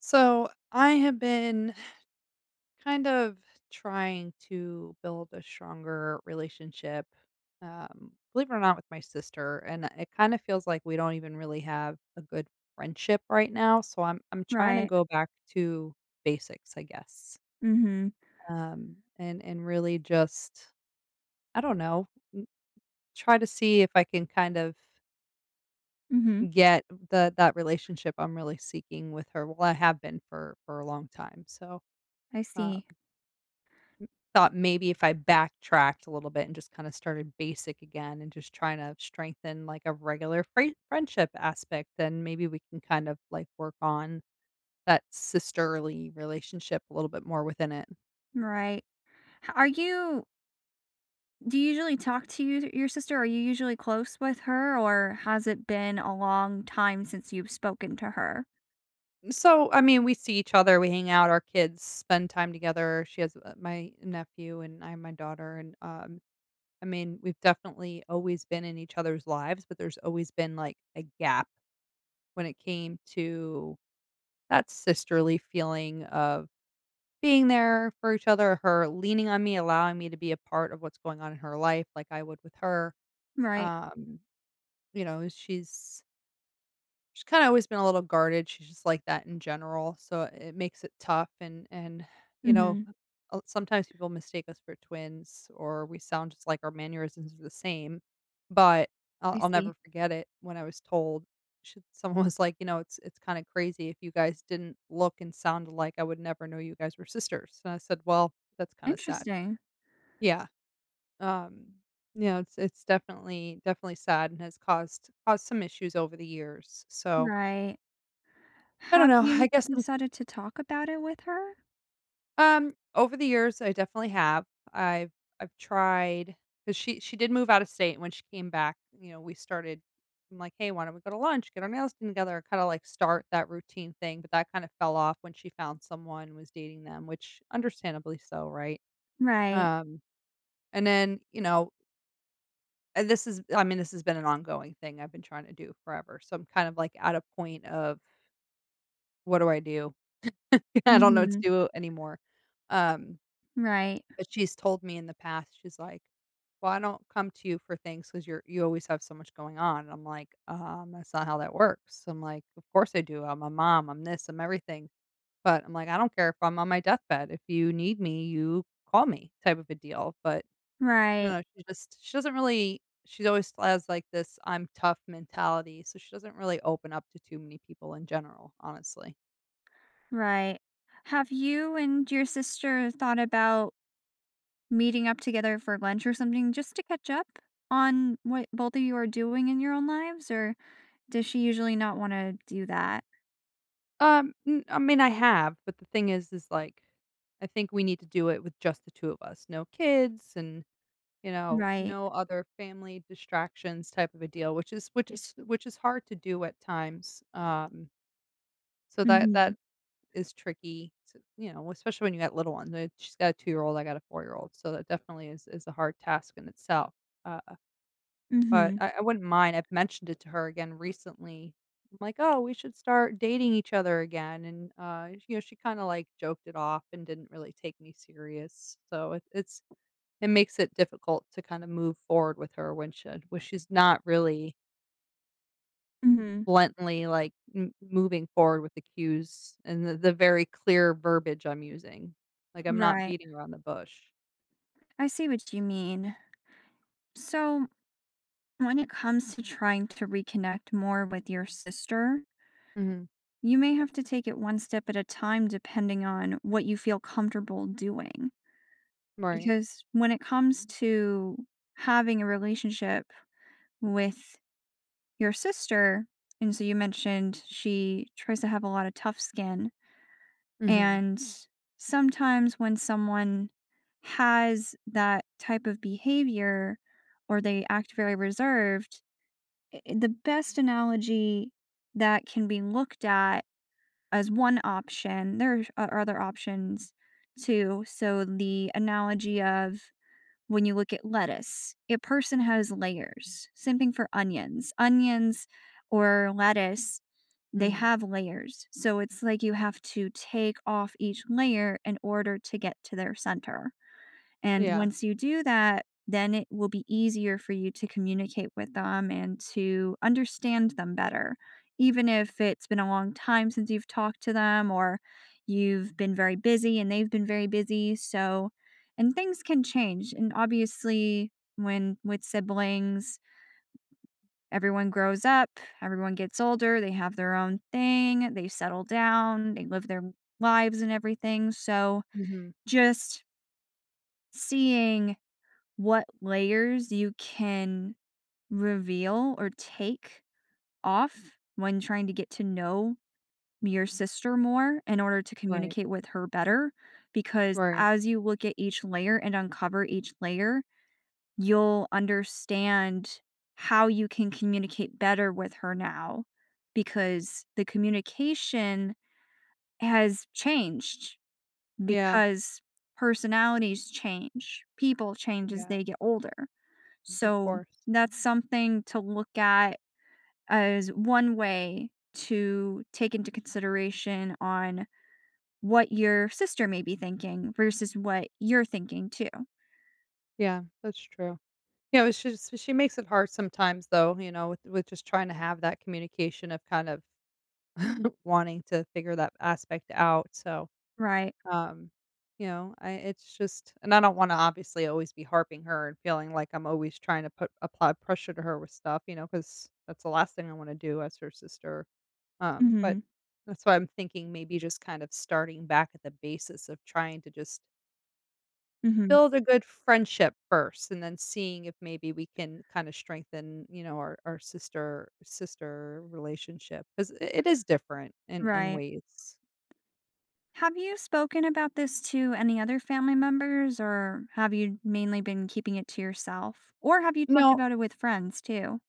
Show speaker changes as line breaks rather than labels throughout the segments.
So I have been kind of trying to build a stronger relationship, believe it or not, with my sister, and it kind of feels like we don't even really have a good friendship right now. So I'm trying to
Right.
go back to basics, I guess,
Mhm.
and really just, I don't know, n- try to see if I can kind of
Mhm.
get the that relationship I'm really seeking with her. Well, I have been, for a long time, so
I
uh,
see.
thought maybe if I backtracked a little bit and just kinda started basic again and just trying to strengthen, like, a regular friendship aspect, then maybe we can kind of, like, work on that sisterly relationship a little bit more within it.
Right. H are you Do you usually talk to your sister? Are you usually close with her, or has it been a long time since you've spoken to her?
So, I mean, we see each other, we hang out, our kids spend time together. She has, my nephew, and I have my daughter, and, I mean, we've definitely always been in each other's lives, but there's always been, like, a gap when it came to that sisterly feeling of being there for each other, her leaning on me, allowing me to be a part of what's going on in her life like I would with her.
Right.
Um, you know, she's kinda always been a little guarded, she's just like that in general, so it makes it tough, and, you know,
Mhm.
sometimes people mistake us for twins, or we sound, just like, our mannerisms are the same, but I'll
I
I'll never
see.
forget it when I was told should someone was like, "You know, it's kinda crazy. If you guys didn't look and sound alike, I would never know you guys were sisters." And I said, "Well, that's kinda sad."
Interesting.
Yeah, um, you know, it's definitely sad and has caused some issues over the years, so
Right.
I don't
Have
know. I
you
guess I'm,
decided to talk about it with her?
over the years, I definitely have. I've I've tried. 'Cause she did move out of state, and when she came back, you know, we started, I'm like, "Hey, why don't we go to lunch, get our nails done together," kinda, like, start that routine thing, but that kinda fell off when she found someone and was dating them, which understandably so, right?
Right.
Um, and then, you know, and this is I mean, this has been an ongoing thing I've been trying to do forever, so I'm kind of, like, at a point of, "What do I do?" I don't know what to
Mhm.
do anymore. Um
Right.
But she's told me in the past, she's like, "Well, I don't come to you for things because 'cause you're, you always have so much going on." And I'm like, that's not how that works." I'm like, "Of course I do. I'm a mom. I'm this. I'm everything." But I'm like, "I don't care if I'm on my deathbed. If you need me, you call me," type of a deal. But
Right.
no, she just she doesn't really, she's always has, like, this "I'm tough" mentality, so she doesn't really open up to too many people in general, honestly.
Right. Have you and your sister thought about meeting up together for lunch or something just to catch up on what both of you are doing in your own lives, or does she usually not want to do that?
N I mean, I have, but the thing is, like, I think we need to do it with just the two of us. No kids, and, you know,
Right.
no other family distractions, type of a deal, which is, which is hard to do at times. So that that
Mhm.
is tricky to, you know, especially when you got little ones. She's got a 2-year-old, I got a 4-year-old, so that definitely is a hard task in itself. Uh but
Mhm.
I wouldn't mind, I've mentioned it to her again recently. I'm like, "Oh, we should start dating each other again," and, you know, she kinda, like, joked it off and didn't really take me serious, so it makes it difficult to kinda move forward with her when she when she's not really
Mhm.
bluntly, like, m moving forward with the cues and the very clear verbiage I'm using. Like, I'm not
Right.
beating around the bush.
I see what you mean. So, when it comes to trying to reconnect more with your sister,
Mhm.
you may have to take it one step at a time depending on what you feel comfortable doing.
Right.
Because when it comes to having a relationship with your sister, and so you mentioned she tries to have a lot of tough skin.
Mhm.
And sometimes when someone has that type of behavior or they act very reserved, the best analogy that can be looked at as one option, there are other options too. So the analogy of when you look at lettuce, a person has layers. Same thing for onions. Onions or lettuce, they
Mm.
have layers. So it's like you have to take off each layer in order to get to their center. And
Yeah.
once you do that, then it will be easier for you to communicate with them and to understand them better. Even if it's been a long time since you've talked to them or you've been very busy and they've been very busy. So, and things can change. And obviously, when with siblings, everyone grows up, everyone gets older, they have their own thing, they settle down, they live their lives and everything. So,
Mhm.
just seeing what layers you can reveal or take off when trying to get to know your sister more in order to
Right.
communicate with her better. Because
Right.
as you look at each layer and uncover each layer, you'll understand how you can communicate better with her now because the communication has changed
Yeah.
because personalities change, people change as
Yeah.
they get older.
Of
So
course.
that's something to look at as one way to take into consideration on what your sister may be thinking versus what you're thinking too,
Yeah, that's true. Yeah, it's just, she makes it hard sometimes though, you know, with just trying to have that communication of kind of wanting to figure that aspect out. So,
right?
um, you know, I it's just, and I don't want to obviously always be harping her and feeling like I'm always trying to put apply pressure to her with stuff, you know, 'cuz that's the last thing I want to do as her sister. But
Mhm.
that's why I'm thinking maybe just kind of starting back at the basis of trying to just
Mhm.
build a good friendship first, and then seeing if maybe we can kind of strengthen, you know, our sister relationship, because it is different in
Right.
ways.
Have you spoken about this to any other family members or have you mainly been keeping it to yourself? Or have you talked
No,
about it with friends too?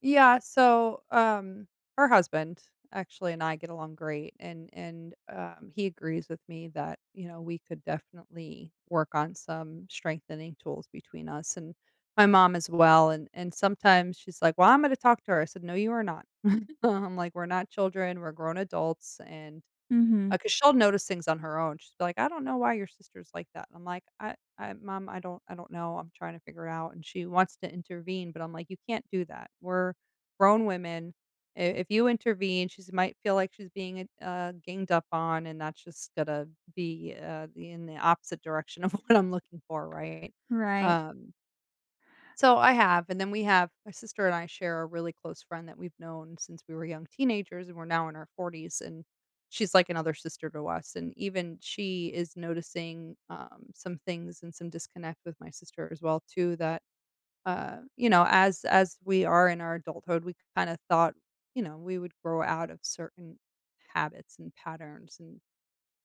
yeah. So, her husband actually and I get along great, and he agrees with me that, you know, we could definitely work on some strengthening tools between us and my mom as well. And sometimes she's like, "Well, I'm going to talk to her." I said, "No, you are not." I'm like, "We're not children, we're grown adults," and
Mhm.
because 'cause she'll notice things on her own. She's like, "I don't know why your sister's like that." And I'm like, I Mom, I don't, I don't know. I'm trying to figure it out." And she wants to intervene, but I'm like, "You can't do that. We're grown women. I If you intervene, she might feel like she's being, ganged up on, and that's just gonna be, in the opposite direction of what I'm looking for, right?"
Right.
Um so I have, and then we have, my sister and I share a really close friend that we've known since we were young teenagers, and we're now in our forties, and she's like another sister to us, and even she is noticing, some things and some disconnect with my sister as well too, that you know, as we are in our adulthood, we kind of thought, you know, we would grow out of certain habits and patterns, and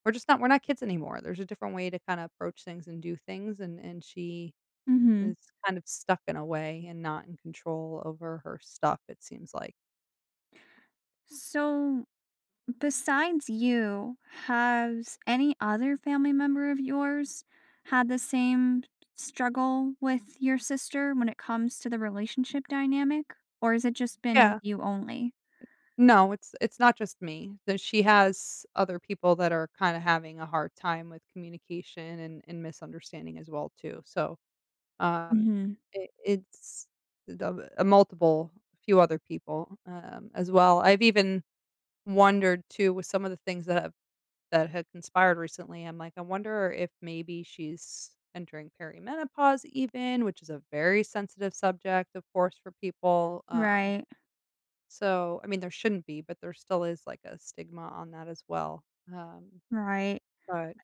we're not kids anymore. There's a different way to kind of approach things and do things, and she is
Mhm.
kind of stuck in a way and not in control over her stuff, it seems like.
So Besides you, has any other family member of yours had the same struggle with your sister when it comes to the relationship dynamic? Or has it just been with
Yeah.
you only?
No, it's not just me. That she has other people that are kinda having a hard time with communication and misunderstanding as well too. So, um,
Hmm.
it it's the, a multiple, few other people, as well. I've even wondered too with some of the things that have that had conspired recently. I'm like, I wonder if maybe she's entering perimenopause, even, which is a very sensitive subject, of course, for people.
Right,
So, I mean, there shouldn't be, but there still is, like, a stigma on that as well. Um,
right.
but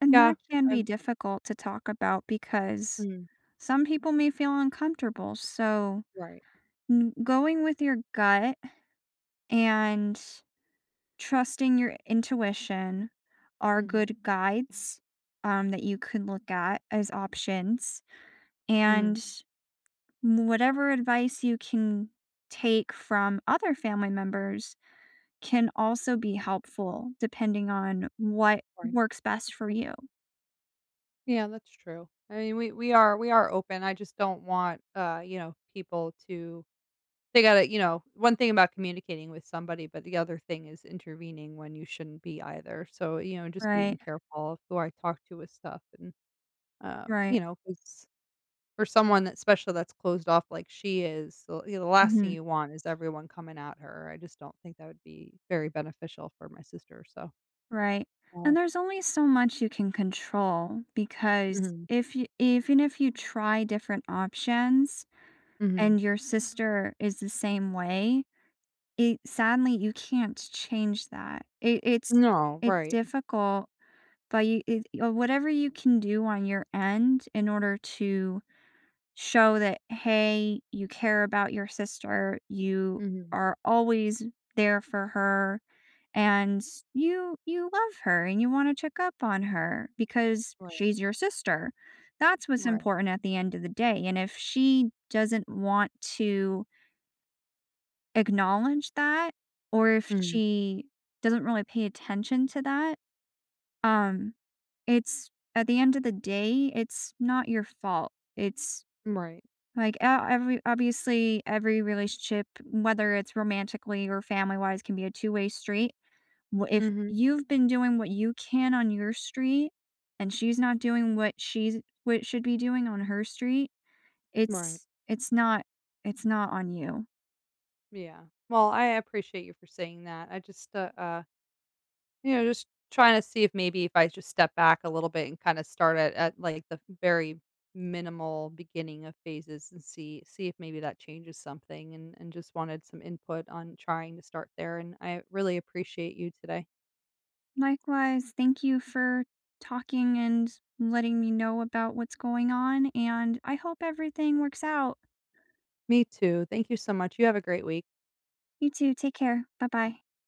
And
yeah,
that can be
I've,
difficult to talk about because
mm,
some people may feel uncomfortable. So,
right.
going with your gut and trusting your intuition are
hmm
good guides, that you could look at as options.
hmm
And whatever advice you can take from other family members can also be helpful depending on what
Right.
works best for you.
Yeah, that's true. I mean, we are open. I just don't want, you know, people to. They gotta, you know, one thing about communicating with somebody, but the other thing is intervening when you shouldn't be either. So, you know, just being
Right,
careful of who I talk to with stuff, and,
right,
you know, 'cause for someone that's special, that's closed off like she is, the you know, the last thing
mhm,
you want is everyone coming at her. I just don't think that would be very beneficial for my sister, so,
right.
uh
And there's only so much you can control because
mhm,
if you, even if you try different options
mhm.
and your sister is the same way, It sadly, you can't change that. It's
No, right.
difficult, but you it whatever you can do on your end in order to show that, "Hey, you care about your sister, you
Mhm.
are always there for her, and you love her, and you wanna check up on her because
Right,
she's your sister." That's what's
right.
important at the end of the day, and if she doesn't want to acknowledge that, or if
Mhm,
she doesn't really pay attention to that, um, it's at the end of the day, it's not your fault. It's
right.
every relationship, whether it's romantically or family-wise, can be a two-way street. W If
Mhm,
you've been doing what you can on your street and she's not doing what should be doing on her street,
right.
it's not it's not on you.
Yeah. Well, I appreciate you for saying that. I just, you know, just trying to see if maybe if I just step back a little bit and kinda start at, like, the very minimal beginning of phases, and see if maybe that changes something, and just wanted some input on trying to start there, and I really appreciate you today.
Likewise, thank you for talking and letting me know about what's going on. And I hope everything works out.
Me too. Thank you so much. You have a great week.
You too. Take care. Bye bye.